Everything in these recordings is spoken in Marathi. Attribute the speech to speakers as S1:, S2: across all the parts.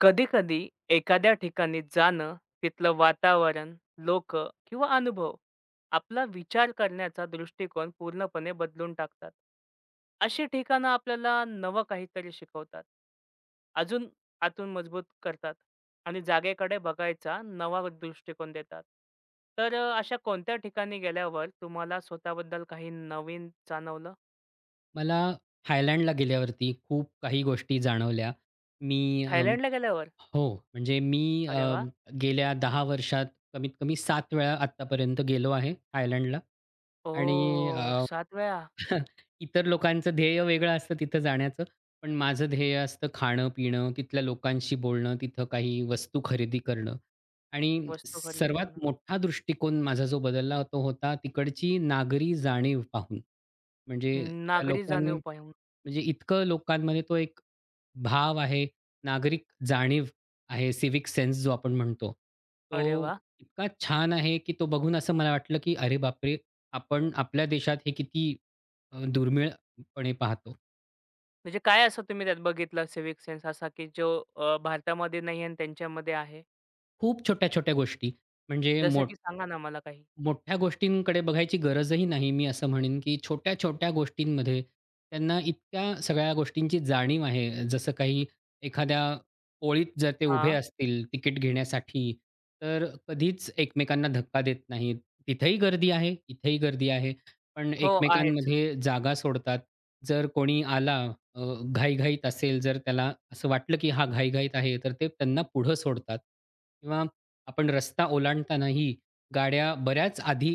S1: कधी-कधी एखाद्या ठिकाणी जाणं, तिथलं वातावरण, लोक, किंवा अनुभव आपला विचार करण्याचा दृष्टिकोन पूर्णपणे बदलून टाकतात. अशी ठिकाणं आपल्याला नवं काहीतरी शिकवतात. अजून आतून मजबूत करतात आणि जागेकडे बघायचा नवा दृष्टिकोन देतात. तर अशा कोणत्या ठिकाणी गेल्यावर तुम्हाला स्वतःबद्दल काही नवीन जाणवलं?
S2: मला थायलंडला गेल्यावरती खूप काही गोष्टी जाणवल्या. मी अं,
S1: थायलंडला गेल्यावर?
S2: हो, म्हणजे मी
S1: अरे
S2: अ,
S1: वाह!
S2: गेल्या 10 वर्षात कमीत कमी 7 वेळा आत्तापर्यंत गेलो आहे थायलंडला. आणि
S1: ओह!
S2: अ,
S1: 7 वेळा
S2: इतर लोकांचं ध्येय वेगळं असतं तिथं जाण्याचं. पण माझं ध्येय असतं खाणं-पिणं, तिथल्या लोकांशी बोलणं, तिथं काही वस्तू खरेदी करणं आणि
S1: वस्तू खरेदी
S2: सर्वात
S1: करणं.
S2: मोठा दृष्टिकोन माझा जो बदलला तो होता तिकडची नागरी जाणीव पाहून. म्हणजे त्या
S1: नागरी
S2: लोकांनी
S1: जाणीव पाहिजे.
S2: म्हणजे इतकं लोकांमध्ये तो एक भाव आहे, नागरिक जाणीव आहे, सिविक सेन्स जो आपण म्हणतो.
S1: अरे
S2: तो
S1: वाह!
S2: इतका छान आहे, की तो बघून असं मला वाटलं, की अरे बापरे! आपण आपल्या देशात हे किती दुर्मिळपणे पाहतो.
S1: म्हणजे काय असं तुम्ही त्यात बघितलं सिविक सेन्स असा, की जो भारतामध्ये नाही आणि त्यांच्यामध्ये आहे?
S2: खूप छोट्या-छोट्या गोष्टी म्हणजे
S1: जसं की सांगा ना मला काही?
S2: मोठ्या गोष्टींकडे बघायची गरजही नाही. मी असं म्हणेन, की छोट्या-छोट्या गोष्टींमध्ये त्यांना इतक्या सगळ्या गोष्टींची जाणीव आहे. जसं काही एखाद्या ओळीत जर ते उभे
S1: हां.
S2: असतील तिकीट घेण्यासाठी, तर कधीच एकमेकांना धक्का देत नाहीत. तिथेही गर्दी आहे, इथेही गर्दी आहे, पण
S1: हो, आहेच.
S2: एकमेकांमध्ये जागा सोडतात. जर कोणी आला अ, घाईघाईत असेल, जर त्याला असं वाटलं, की हा घाईघाईत आहे, तर ते त्यांना पुढं सोडतात किंवा आपण रस्ता ओलांडतानाही गाड्या बऱ्याच आधी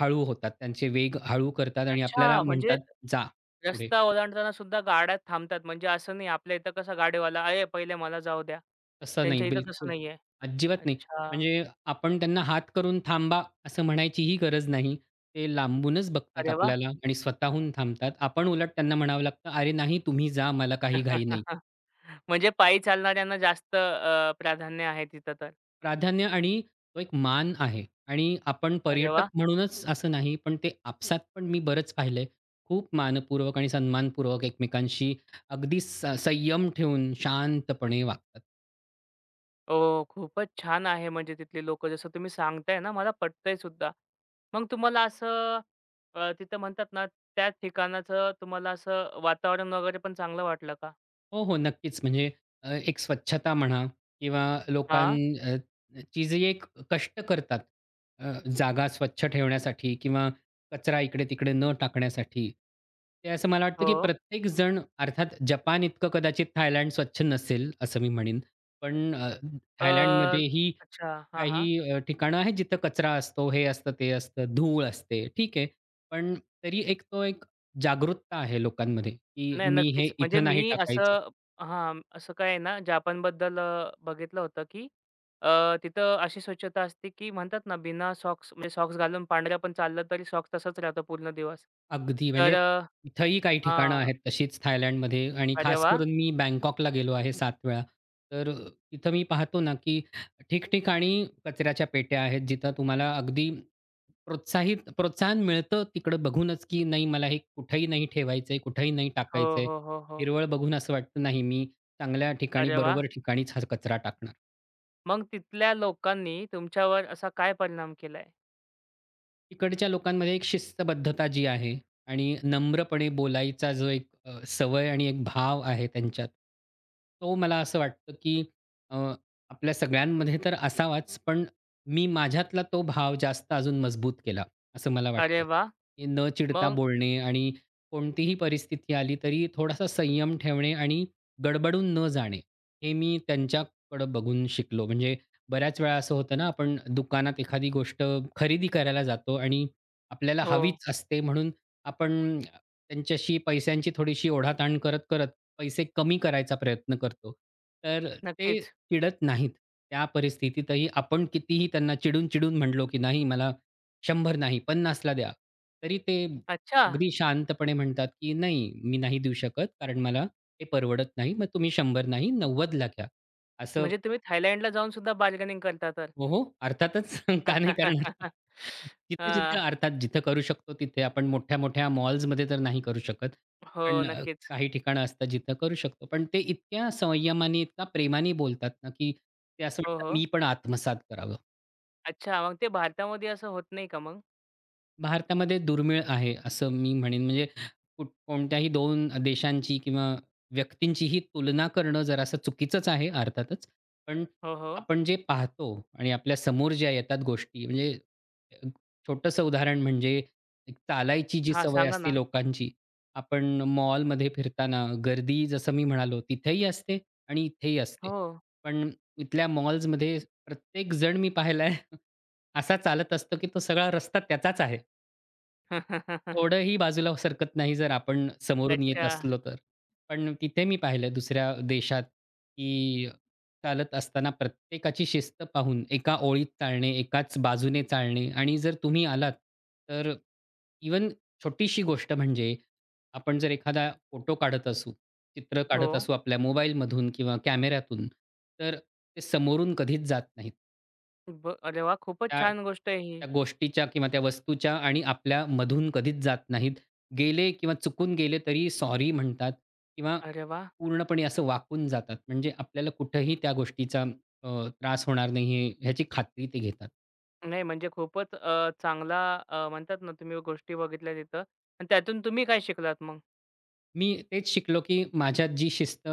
S2: हळू होतात. त्यांचे वेग हळू करतात आणि आपल्याला
S1: अच्छा, म्हणजे
S2: म्हणतात, "जा पुढे."
S1: रस्ता ओलांडताना सुद्धा गाड्या थांबतात. म्हणजे असं नाही आपल्या इथं कसं गाडीवाला, "अरे, पहिले मला जाऊ द्या."
S2: तसं नाही,
S1: त्यांच्या इथं तसं
S2: बिलकुल.
S1: नाहीये.
S2: अजिबात नाही.
S1: अच्छा.
S2: म्हणजे आपण त्यांना हात करून थांबा असं म्हणायचीही गरज नाही. ते लांबूनच बघतात
S1: अरे वाह!
S2: आपल्याला आणि स्वतःहून थांबतात. आपण उलट त्यांना म्हणावं लागतं, "अरे नाही, तुम्ही जा. मला काही घाई नाही."
S1: म्हणजे पायी चालणाऱ्यांना जास्त प्राधान्य आहे तिथं तर.
S2: प्राधान्य आणि तो एक मान आहे आणि आपण
S1: अरे
S2: पर्यटक
S1: वाह!
S2: म्हणूनच असं नाही, पण ते आपसात पण मी बरंच पाहिलंय. खूप मानपूर्वक आणि सन्मानपूर्वक एकमेकांशी अगदी संयम ठेवून शांतपणे वागतात.
S1: हो, खूपच छान आहे म्हणजे तिथली लोकं जसं तुम्ही सांगताय ना, मला पटतंय सुद्धा. मग तुम्हाला असं तिथं म्हणतात ना, त्या ठिकाणाचं तुम्हाला असं वातावरण वगैरे पण चांगलं वाटलं का?
S2: हो, हो. नक्कीच. म्हणजे एक स्वच्छता म्हणा किंवा लोकां
S1: हां,
S2: अ, जी एक कष्ट करतात, अ, जागा स्वच्छ ठेवण्यासाठी किंवा कचरा इकडे-तिकडे न टाकण्यासाठी. ते असं मला वाटतं,
S1: हो.
S2: की प्रत्येक जण अर्थात जपान इतकं कदाचित थायलंड स्वच्छ नसेल, असं मी म्हणेन. पण
S1: अ,
S2: थायलंडमध्येही
S1: अच्छा. हां, हां.
S2: काही ठिकाणं आहेत जिथं कचरा असतो, हे असतं, ते असतं, धूळ असते. ठीक आहे. पण तरी एक जागरूकता आहे लोकांमध्ये, की
S1: नाही
S2: मी हे
S1: नक्कीच. म्हणजे
S2: इथं नाही
S1: मी
S2: टाकायचं.
S1: असं हां, असं काय आहे ना, जपानबद्दल बघितलं होतं, की तिथं अशी स्वच्छता असते, की म्हणतात ना, बिना सॉक्स म्हणजे सॉक्स घालून पांढऱ्या पण चाललं तरी सॉक्स तसाच राहतो पूर्ण दिवस.
S2: अगदी.
S1: तर
S2: म्हणजे इथंही काही ठिकाणं
S1: हां.
S2: आहेत तशीच थायलंडमध्ये आणि
S1: अरे
S2: खास
S1: वाह!
S2: करून मी बँकॉकला गेलो आहे 7 वेळा. तर अ, तिथं मी पाहतो ना, की ठिकठिकाणी कचऱ्याच्या पेट्या आहेत, जिथं तुम्हाला अगदी प्रोत्साहन मिळतं तिकडं बघूनच, की नाही मला हे कुठेही नाही ठेवायचंय, कुठेही नाही
S1: हो,
S2: टाकायचंय.
S1: हो, हो, हो.
S2: हिरवळ बघून असं वाटतं, नाही मी चांगल्या ठिकाणी,
S1: अरे वाह!
S2: बरोबर ठिकाणीच हा कचरा टाकणार.
S1: मग तिथल्या लोकांनी तुमच्यावर असा काय परिणाम केलाय?
S2: तिकडच्या लोकांमध्ये एक शिस्तबद्धता जी आहे आणि नम्रपणे बोलायचा जो एक सवय आणि एक भाव आहे त्यांच्यात, तो मला असं वाटतं, की अ, आपल्या सगळ्यांमध्ये तर असावाच, पण मी माझ्यातला तो भाव जास्त अजून मजबूत केला, असं मला
S1: अरे
S2: वाटतं.
S1: वाह!
S2: की न चिडता
S1: मग
S2: बोलणे आणि कोणतीही परिस्थिती आली तरी थोडासा संयम ठेवणे आणि गडबडून न जाणे, हे मी त्यांच्याकडं बघून शिकलो. म्हणजे बऱ्याच वेळा असं होतं ना, आपण दुकानात एखादी गोष्ट खरेदी करायला जातो आणि आपल्याला
S1: हो,
S2: हवीच असते म्हणून आपण त्यांच्याशी पैशांची थोडीशी ओढाताण करत पैसे कमी करायचा प्रयत्न करतो. तर ते
S1: नक्कीच.
S2: चिडत नाहीत. त्या परिस्थितीतही आपण कितीही त्यांना चिडून-चिडून म्हटलो, की "नाही मला 100 नाही, 50ला द्या." तरी ते
S1: अच्छा!
S2: अगदी शांतपणे म्हणतात, की "नाही, मी नाही देऊ शकत कारण मला ते परवडत नाही. मग तुम्ही 100 नाही, 90ला घ्या." असं
S1: म्हणजे तुम्ही थायलंडला जाऊन सुद्धा बार्गेनिंग करता तर.
S2: हो, हो. अर्थातच का नाही करणार?
S1: हां.
S2: जिथं करू शकतो तिथे आपण मोठ्या-मोठ्या मॉल्समध्ये तर नाही करू शकत.
S1: हो,
S2: पण
S1: नक्कीच.
S2: काही ठिकाणं असतात जिथं करू शकतो. पण ते इतक्या संयमाने, इतका प्रेमाने बोलतात ना, की ते असं
S1: हो,
S2: वाटतं
S1: हो.
S2: मी पण आत्मसात करावं.
S1: अच्छा, मग ते भारतामध्ये असं होत नाही का मग?
S2: भारतामध्ये दुर्मिळ आहे, असं मी म्हणेन. म्हणजे कोणत्याही दोन देशांची किंवा व्यक्तींची ही तुलना करणं जरासं चुकीचंच आहे अर्थातच. पण
S1: हो, हो.
S2: आपण जे पाहतो आणि आपल्या समोर ज्या येतात गोष्टी म्हणजे अ, छोटंसं उदाहरण म्हणजे एक चालायची जी
S1: हां,
S2: सवय
S1: सांगा
S2: असते
S1: ना.
S2: लोकांची. आपण मॉलमध्ये फिरताना गर्दी जसं मी म्हणालो तिथेही असते आणि इथेही असते.
S1: हो.
S2: पण इथल्या मॉल्समध्ये प्रत्येक जण मी पाहिलाय असा चालत असतो, की तो सगळा रस्ता त्याचाच आहे. थोडंही बाजूला सरकत नाही जर आपण समोरून
S1: अच्छा.
S2: येत असलो तर. पण तिथे मी पाहिलं दुसऱ्या देशात, की चालत असताना प्रत्येकाची शिस्त पाहून एका ओळीत चालणे, एकाच बाजूने चालणे आणि जर तुम्ही आलात, तर इवन छोटीशी गोष्ट म्हणजे आपण जर एखादा फोटो काढत असू, चित्र
S1: हो.
S2: काढत असू आपल्या मोबाईलमधून किंवा कॅमेऱ्यातून, तर ते समोरून कधीच जात नाहीत.
S1: अरे वाह! खूपच
S2: त्या
S1: छान गोष्ट आहे ही.
S2: त्या गोष्टीच्या किंवा त्या वस्तूच्या आणि आपल्यामधून कधीच जात नाहीत. गेले किंवा चुकून गेले तरी सॉरी म्हणतात किंवा
S1: अरे वाह!
S2: पूर्णपणे असं वाकून जातात. म्हणजे आपल्याला कुठेही त्या गोष्टीचा अ, त्रास होणार नाही ह्याची खात्री ते घेतात.
S1: नाही म्हणजे खूपच चांगला म्हणतात ना तुम्ही गोष्टी बघितल्या तिथं आणि त्यातून तुम्ही काय शिकलात मग?
S2: मी तेच शिकलो, की माझ्यात जी शिस्त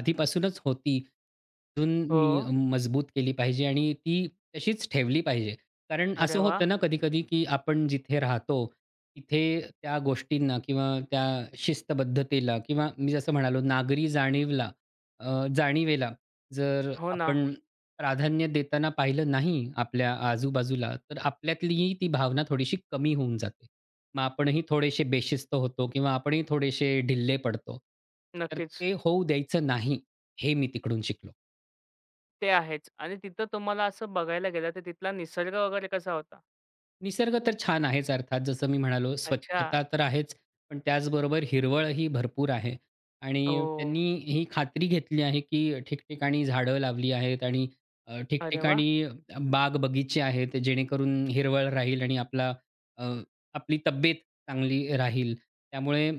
S2: आधीपासूनच होती, अजून
S1: हो.
S2: मी मजबूत केली पाहिजे आणि ती तशीच ठेवली पाहिजे. कारण
S1: अरे
S2: असं
S1: वाह!
S2: होतं ना कधी-कधी, की आपण जिथे राहतो, तिथे त्या गोष्टींना किंवा त्या शिस्तबद्धतेला किंवा मी जसं म्हणालो जाणीवेला जर
S1: हो ना.
S2: आपण प्राधान्य देताना पाहिलं नाही आपल्या आजूबाजूला, तर आपल्यातलीही ती भावना थोडीशी कमी होऊन जाते. मग आपणही थोडेसे बेशिस्त होतो किंवा आपणही थोडेसे ढिल्ले पडतो. तर
S1: नक्कीच.
S2: ते होऊ द्यायचं नाही, हे मी तिकडून शिकलो.
S1: ते आहेच आणि तिथं तुम्हाला असं बघायला गेलं तर तिथला निसर्ग वगैरे कसा होता?
S2: निसर्ग तर छान आहेच अर्थात. जसं मी म्हणालो
S1: अच्छा.
S2: स्वच्छता तर आहेच, पण त्याचबरोबर हिरवळही भरपूर आहे आणि
S1: ओह!
S2: त्यांनी ही खात्री घेतली आहे, की ठिकठिकाणी झाडं लावली आहेत आणि
S1: अरे वाह!
S2: ठिकठिकाणी बाग-बगीचे आहेत, जेणेकरून हिरवळ राहील आणि अ, आपली तब्येत चांगली राहील. त्यामुळे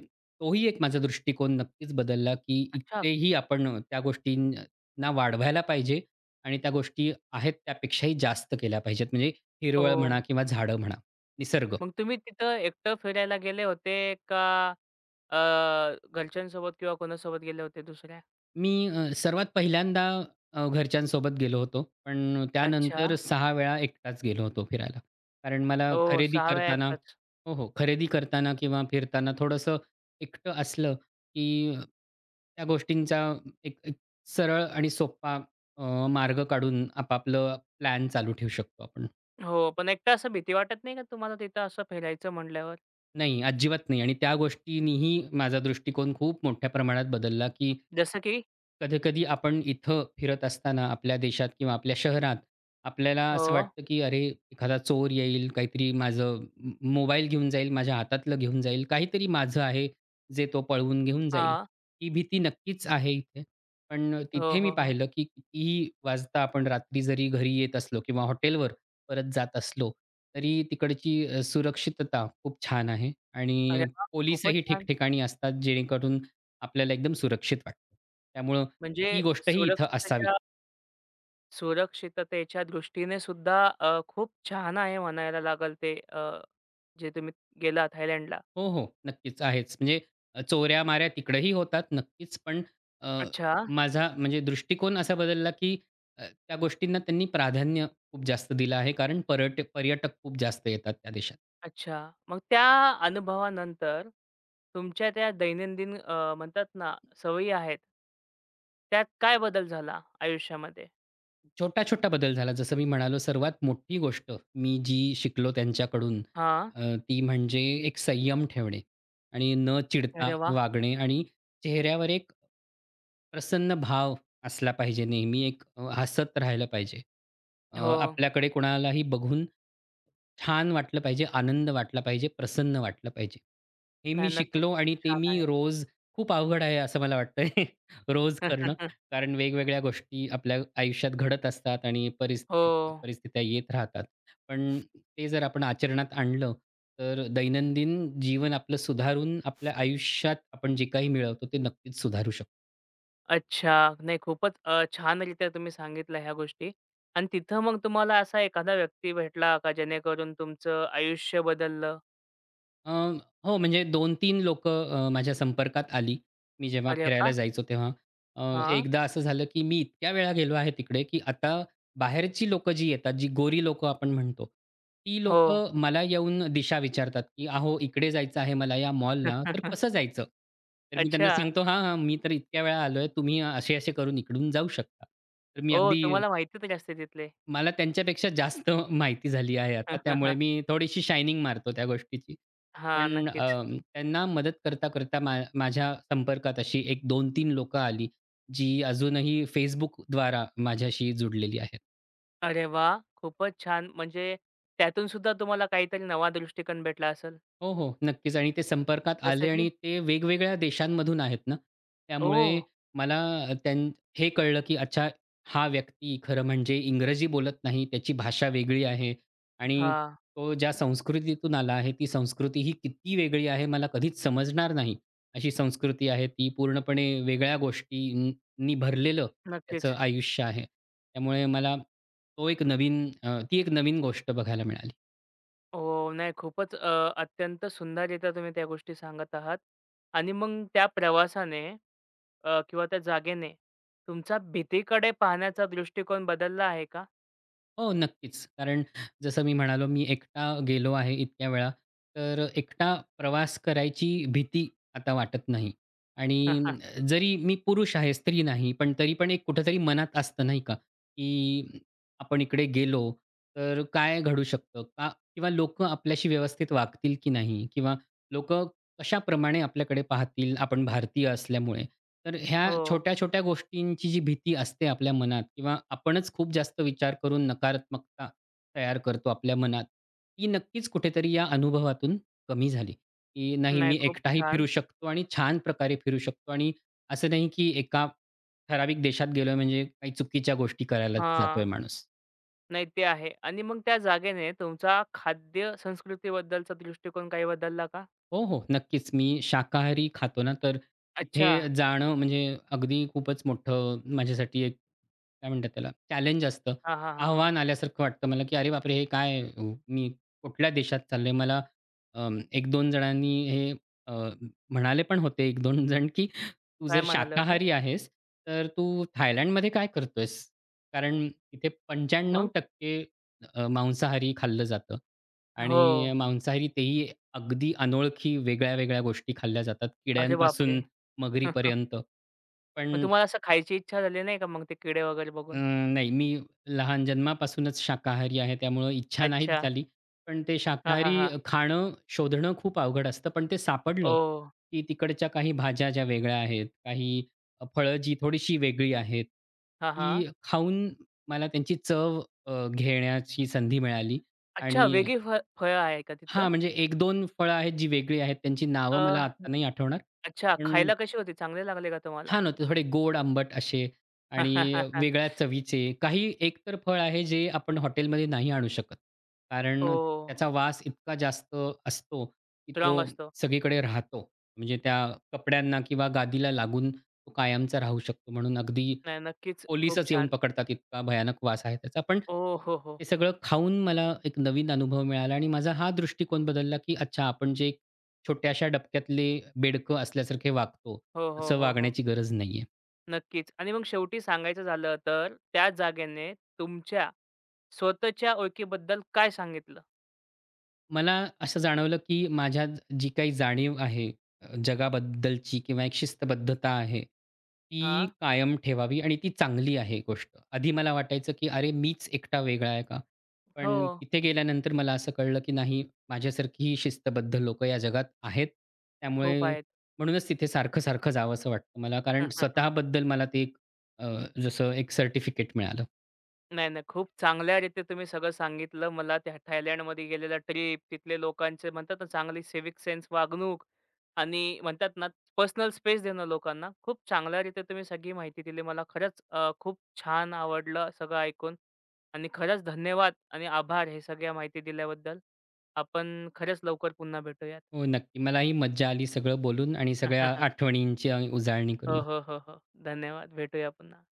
S2: तोही एक माझा दृष्टिकोन नक्कीच बदलला, की
S1: अच्छा.
S2: इथेही आपण त्या गोष्टींना वाढवायला पाहिजे आणि त्या गोष्टी आहेत त्यापेक्षाही जास्त केल्या पाहिजेत. म्हणजे हिरवळ
S1: ओह!
S2: म्हणा किंवा झाडं म्हणा, निसर्ग.
S1: मग तुम्ही तिथं एकटं फिरायला गेले होते का अ, घरच्यांसोबत किंवा कोणासोबत गेले होते दुसऱ्या?
S2: मी सर्वात पहिल्यांदा घरच्यांसोबत गेलो होतो. पण
S1: अच्छा.
S2: त्यानंतर सहा वेळा एकटाच गेलो होतो फिरायला. कारण मला
S1: ओह!
S2: खरेदी
S1: 6
S2: करताना
S1: एकटाच.
S2: हो, हो. खरेदी करताना किंवा फिरताना थोडंसं एकटं असलं, की त्या गोष्टींचा एक एक सरळ आणि सोपा मार्ग काढून आपापलं प्लॅन चालू ठेवू शकतो आपण.
S1: हो, पण एकटं असं भीती वाटत नाही का तुम्हाला तिथं असं फिरायचं म्हटल्यावर?
S2: नाही, अजिबात नाही आणि त्या गोष्टीनीही माझा दृष्टिकोन खूप मोठ्या प्रमाणात बदलला, की
S1: जसं की
S2: कधी-कधी आपण इथं फिरत असताना आपल्या देशात किंवा आपल्या शहरात आपल्याला
S1: हो.
S2: असं वाटतं, की अरे, एखादा चोर येईल, काहीतरी माझं म मोबाईल घेऊन जाईल, माझ्या हातातलं घेऊन जाईल, काहीतरी माझं आहे जे तो पळवून घेऊन जाईल.
S1: हां.
S2: ही भीती नक्कीच आहे इथे. पण
S1: हो,
S2: तिथे मी
S1: हो, हो.
S2: पाहिलं, की कितीही वाजता आपण रात्री जरी घरी येत असलो किंवा हॉटेलवर परत जात असलो, तरी तिकडची सुरक्षितता खूप छान आहे
S1: अरे
S2: आणि
S1: वाह! खूपच
S2: पोलिसही
S1: छान.
S2: ठिकठिकाणी असतात, जेणेकरून आपल्याला एकदम सुरक्षित वाटतं. त्यामुळं
S1: म्हणजे
S2: ही गोष्टही इथं असावी.
S1: सुरक्षिततेच्या सुरक्षिततेच्या दृष्टीने सुद्धा खूप छान आहे म्हणायला लागेल ते जे तुम्ही गेला थायलंडला.
S2: हो, हो. नक्कीच आहेच. म्हणजे चोऱ्या-माऱ्या तिकडंही होतात नक्कीच, पण अ,
S1: अच्छा,
S2: माझा म्हणजे दृष्टिकोन असा बदलला, की त्या गोष्टींना त्यांनी प्राधान्य खूप जास्त दिलं आहे, कारण पर्यटक खूप जास्त येतात त्या देशात.
S1: अच्छा. मग त्या अनुभवानंतर तुमच्या त्या दैनंदिन म्हणतात ना सवयी आहेत, त्यात काय बदल झाला आयुष्यामध्ये?
S2: छोटा-छोटा बदल झाला. जसं मी म्हणालो सर्वात मोठी गोष्ट मी जी शिकलो त्यांच्याकडून
S1: हां.
S2: अ, ती म्हणजे एक संयम ठेवणे आणि न चिडता
S1: अरे वाह!
S2: वागणे आणि चेहऱ्यावर एक प्रसन्न भाव असला पाहिजे नेहमी. हसत राहिलं पाहिजे.
S1: हो.
S2: आपल्याकडे कोणालाही बघून छान वाटलं पाहिजे, आनंद वाटला पाहिजे, प्रसन्न वाटलं पाहिजे. हे
S1: नाही
S2: मी
S1: नक्कीच
S2: शिकलो
S1: खूप
S2: आणि ते
S1: छान
S2: मी
S1: आहे.
S2: रोज खूप अवघड आहे असं मला वाटतंय रोज करणं. कारण वेगवेगळ्या गोष्टी आपल्या आयुष्यात घडत असतात आणि
S1: हो.
S2: परिस्थित्या येत राहतात. पण ते जर आपण आचरणात आणलं, तर दैनंदिन जीवन आपलं सुधारून आपल्या आयुष्यात आपण जे काही मिळवतो, ते नक्कीच सुधारू शकतो.
S1: अच्छा. नाही खूपच छानरीत्या तुम्ही सांगितलं ह्या गोष्टी आणि तिथं मग तुम्हाला असा एखादा व्यक्ती भेटला का जेणेकरून तुमचं आयुष्य बदललं?
S2: अ, हो, म्हणजे 2-3 लोकं माझ्या संपर्कात आली. मी जेव्हा
S1: अरे
S2: फिरायला
S1: वा,
S2: जायचो तेव्हा. अ,
S1: हां.
S2: एकदा असं झालं, की मी इतक्या वेळा गेलो आहे तिकडे, की आता बाहेरची लोक जी येतात, जी गोरी लोक आपण म्हणतो, ती
S1: हो.
S2: लोक मला येऊन दिशा विचारतात, की "अहो, इकडे जायचं आहे मला या मॉलला, तर कसं जायचं?" तर मी त्यांना
S1: अच्छा.
S2: सांगतो, "हां, हां, मी तर इतक्या वेळा आलोय. तुम्ही असे-असे करून इकडून जाऊ शकता." तर मी
S1: ओ,
S2: अगदी
S1: तुम्हाला माहिती तरी असते तिथले.
S2: मला त्यांच्यापेक्षा जास्त माहिती झाली आहे आता, त्यामुळे मी थोडीशी शायनिंग मारतो त्या गोष्टीची.
S1: हां,
S2: पण
S1: नक्कीच.
S2: अ, त्यांना मदत करता-करता माझ्या संपर्कात अशी एक 2 तीन लोकं आली, जी अजूनही Facebookद्वारा माझ्याशी जुडलेली आहेत.
S1: अरे वा खूपच छान. म्हणजे त्यातून सुद्धा तुम्हाला काहीतरी नवा दृष्टिकोन भेटला असेल?
S2: हो, हो. नक्कीच आणि ते संपर्कात
S1: जसं
S2: आले
S1: की?
S2: आणि ते वेगवेगळ्या देशांमधून आहेत ना.
S1: ओह!
S2: त्यामुळे मला त्यां हे कळलं, की अच्छा हा व्यक्ती खरं म्हणजे इंग्रजी बोलत नाही, त्याची भाषा वेगळी आहे आणि
S1: हां.
S2: तो ज्या संस्कृतीतून आला आहे, ती संस्कृती ही किती वेगळी आहे मला कधीच समजणार नाही. अशी संस्कृती आहे ती पूर्णपणे वेगळ्या गोष्टींनी भरलेलं
S1: नक्कीच.
S2: त्याचं आयुष्य आहे. त्यामुळे मला तो एक नवीन अ, ती एक नवीन गोष्ट बघायला मिळाली.
S1: हो, नाही खूपच अत्यंत सुंदररीत्या तुम्ही त्या गोष्टी सांगत आहात आणि मग त्या प्रवासाने किंवा त्या जागेने तुमचा भीतीकडे पाहण्याचा दृष्टिकोन बदलला आहे का?
S2: हो, नक्कीच. कारण जसं मी म्हणालो, मी एकटा गेलो आहे इतक्या वेळा, तर एकटा प्रवास करायची भीती आता वाटत नाही. आणि जरी मी पुरुष आहे, स्त्री नाही, पण तरी पण एक कुठेतरी मनात असतं नाही का, की आपण इकडे गेलो तर काय घडू शकतं का? किंवा लोकं आपल्याशी व्यवस्थित वागतील की नाही? किंवा लोक कशाप्रमाणे आपल्याकडे पाहतील, आपण भारतीय असल्यामुळे. तर ह्या
S1: हो.
S2: छोट्या-छोट्या गोष्टींची जी भीती असते आपल्या मनात किंवा आपणच खूप जास्त विचार करून नकारात्मकता तयार करतो आपल्या मनात, ती नक्कीच कुठेतरी या अनुभवातून कमी झाली, की नाही
S1: नाही
S2: मी
S1: खूप
S2: एकटाही फिरू
S1: छान.
S2: शकतो आणि छान प्रकारे फिरू शकतो आणि असं नाही की एका ठराविक देशात गेलोय म्हणजे काही चुकीच्या गोष्टी करायलाच जातोय
S1: हां.
S2: माणूस.
S1: नाही ते आहे आणि मग त्या जागेने तुमचा खाद्य संस्कृतीबद्दलचा दृष्टिकोन काही बदलला का?
S2: हो, हो. नक्कीच. मी शाकाहारी खातो ना, तर इथे
S1: अच्छा.
S2: जाणं म्हणजे अगदी खूपच मोठं माझ्यासाठी एक काय म्हणतात त्याला चॅलेंज असतं.
S1: हां, हां, हां, हां.
S2: आव्हान आल्यासारखं वाटतं मला, की "अरे बापरे! हे काय मी कुठल्या देशात चाललोय?" मला 1-2 जणांनी हे अ, म्हणाले पण होते एक दोन जण, की "तू
S1: काय
S2: जर
S1: म्हणाले होते?
S2: शाकाहारी आहेस, तर तू थायलंडमध्ये काय करतोयस?" कारण तिथे
S1: मग?
S2: 95% मांसाहारी खाल्लं जातं
S1: हो.
S2: आणि मांसाहारी तेही अगदी अनोळखी वेगळ्या-वेगळ्या गोष्टी खाल्ल्या जातात,
S1: अरे बापरे!
S2: किड्यांपासून मगरीपर्यंत.
S1: मग
S2: पण
S1: तुम्हाला असं खायची इच्छा झाली नाही का मग ते किडे वगैरे
S2: अ,
S1: बघून?
S2: नाही मी लहान जन्मापासूनच शाकाहारी आहे, त्यामुळं इच्छा नाहीच
S1: अच्छा.
S2: झाली. पण ते
S1: हां, हां,
S2: शाकाहारी
S1: हां.
S2: खाणं शोधणं खूप अवघड असतं. पण ते सापडलं,
S1: ओह!
S2: की तिकडच्या काही भाज्या ज्या वेगळ्या आहेत, काही फळं जी थोडीशी वेगळी आहेत,
S1: हां, हां.
S2: ती खाऊन मला त्यांची चव घेण्याची संधी मिळाली
S1: अच्छा
S2: आणि
S1: वेगळी फळ फळं आहे का तिथं?
S2: हां, म्हणजे एक दोन फळं आहेत जी वेगळी आहेत. त्यांची
S1: अ,
S2: नावं मला
S1: न
S2: आत्ता नाही आठवणार.
S1: अच्छा
S2: पण
S1: खायला कशी होती? चांगले लागले का तुम्हाला?
S2: छान होते. थोडे गोड आंबट असे आणि वेगळ्या चवीचे. काही एकतर फळ आहे जे आपण हॉटेलमध्ये नाही आणू शकत. कारण
S1: ओह!
S2: त्याचा वास इतका जास्त असतो, की
S1: स्ट्राँग
S2: तो
S1: असतो.
S2: सगळीकडे राहतो. म्हणजे त्या कपड्यांना किंवा गादीला लागून तो कायमचा राहू शकतो. म्हणून अगदी
S1: नाही नक्कीच खूप
S2: पोलिसच येऊन
S1: छान.
S2: पकडतात इतका भयानक वास आहे त्याचा. पण
S1: ओह! हो, हो.
S2: ते सगळं खाऊन मला एक नवीन अनुभव मिळाला आणि माझा हा दृष्टिकोन बदलला, की अच्छा आपण जे एक छोट्याशा डबक्यातले बेडकं असल्यासारखे वागतो,
S1: हो, हो,
S2: तसं
S1: हो, हो.
S2: वागण्याची गरज नाहीये.
S1: नक्कीच आणि मग शेवटी सांगायचं झालं तर त्या जागेने तुमच्या स्वतःच्या ओळखीबद्दल काय सांगितलं?
S2: मला असं जाणवलं, की माझ्यात जी काही जाणीव आहे जगाबद्दलची किंवा एक शिस्तबद्धता आहे, ती
S1: हां.
S2: कायम ठेवावी आणि ती चांगली आहे गोष्ट. आधी मला वाटायचं, की अरे मीच एकटा वेगळा आहे का?
S1: हो.
S2: पण तिथे गेल्यानंतर मला असं कळलं, की नाही माझ्यासारखी शिस्तबद्ध लोकं या जगात आहेत. त्यामुळे
S1: खूप आहेत.
S2: म्हणूनच तिथे सारखं-सारखं जावंसं वाटतं मला कारण स्वतःबद्दल मला अ, जसं एक सर्टिफिकेट मिळालं.
S1: नाही, नाही. खूप चांगल्यारीत्या तुम्ही सगळं सांगितलं मला. त्या थायलंडमध्ये गेलेला ट्रिप, तिथले लोकांचे म्हणतात ना, चांगली सिव्हिक सेन्स वागणूक आणि म्हणतात ना, पर्सनल स्पेस देणं लोकांना. खूप चांगल्यारीत्या तुम्ही सगळी माहिती दिली मला. खरंच खूप छान आवडलं सगळं ऐकून आणि खरंच धन्यवाद आणि आभार हे सगळ्या माहिती दिल्याबद्दल. आपण खरंच लवकर पुन्हा भेटूयात.
S2: हो, नक्की. मलाही मज्जा आली सगळं बोलून आणि सगळ्या आठवणींची उजाळणी
S1: हो,
S2: करून.
S1: हो, हो, हो. धन्यवाद. भेटूया पुन्हा.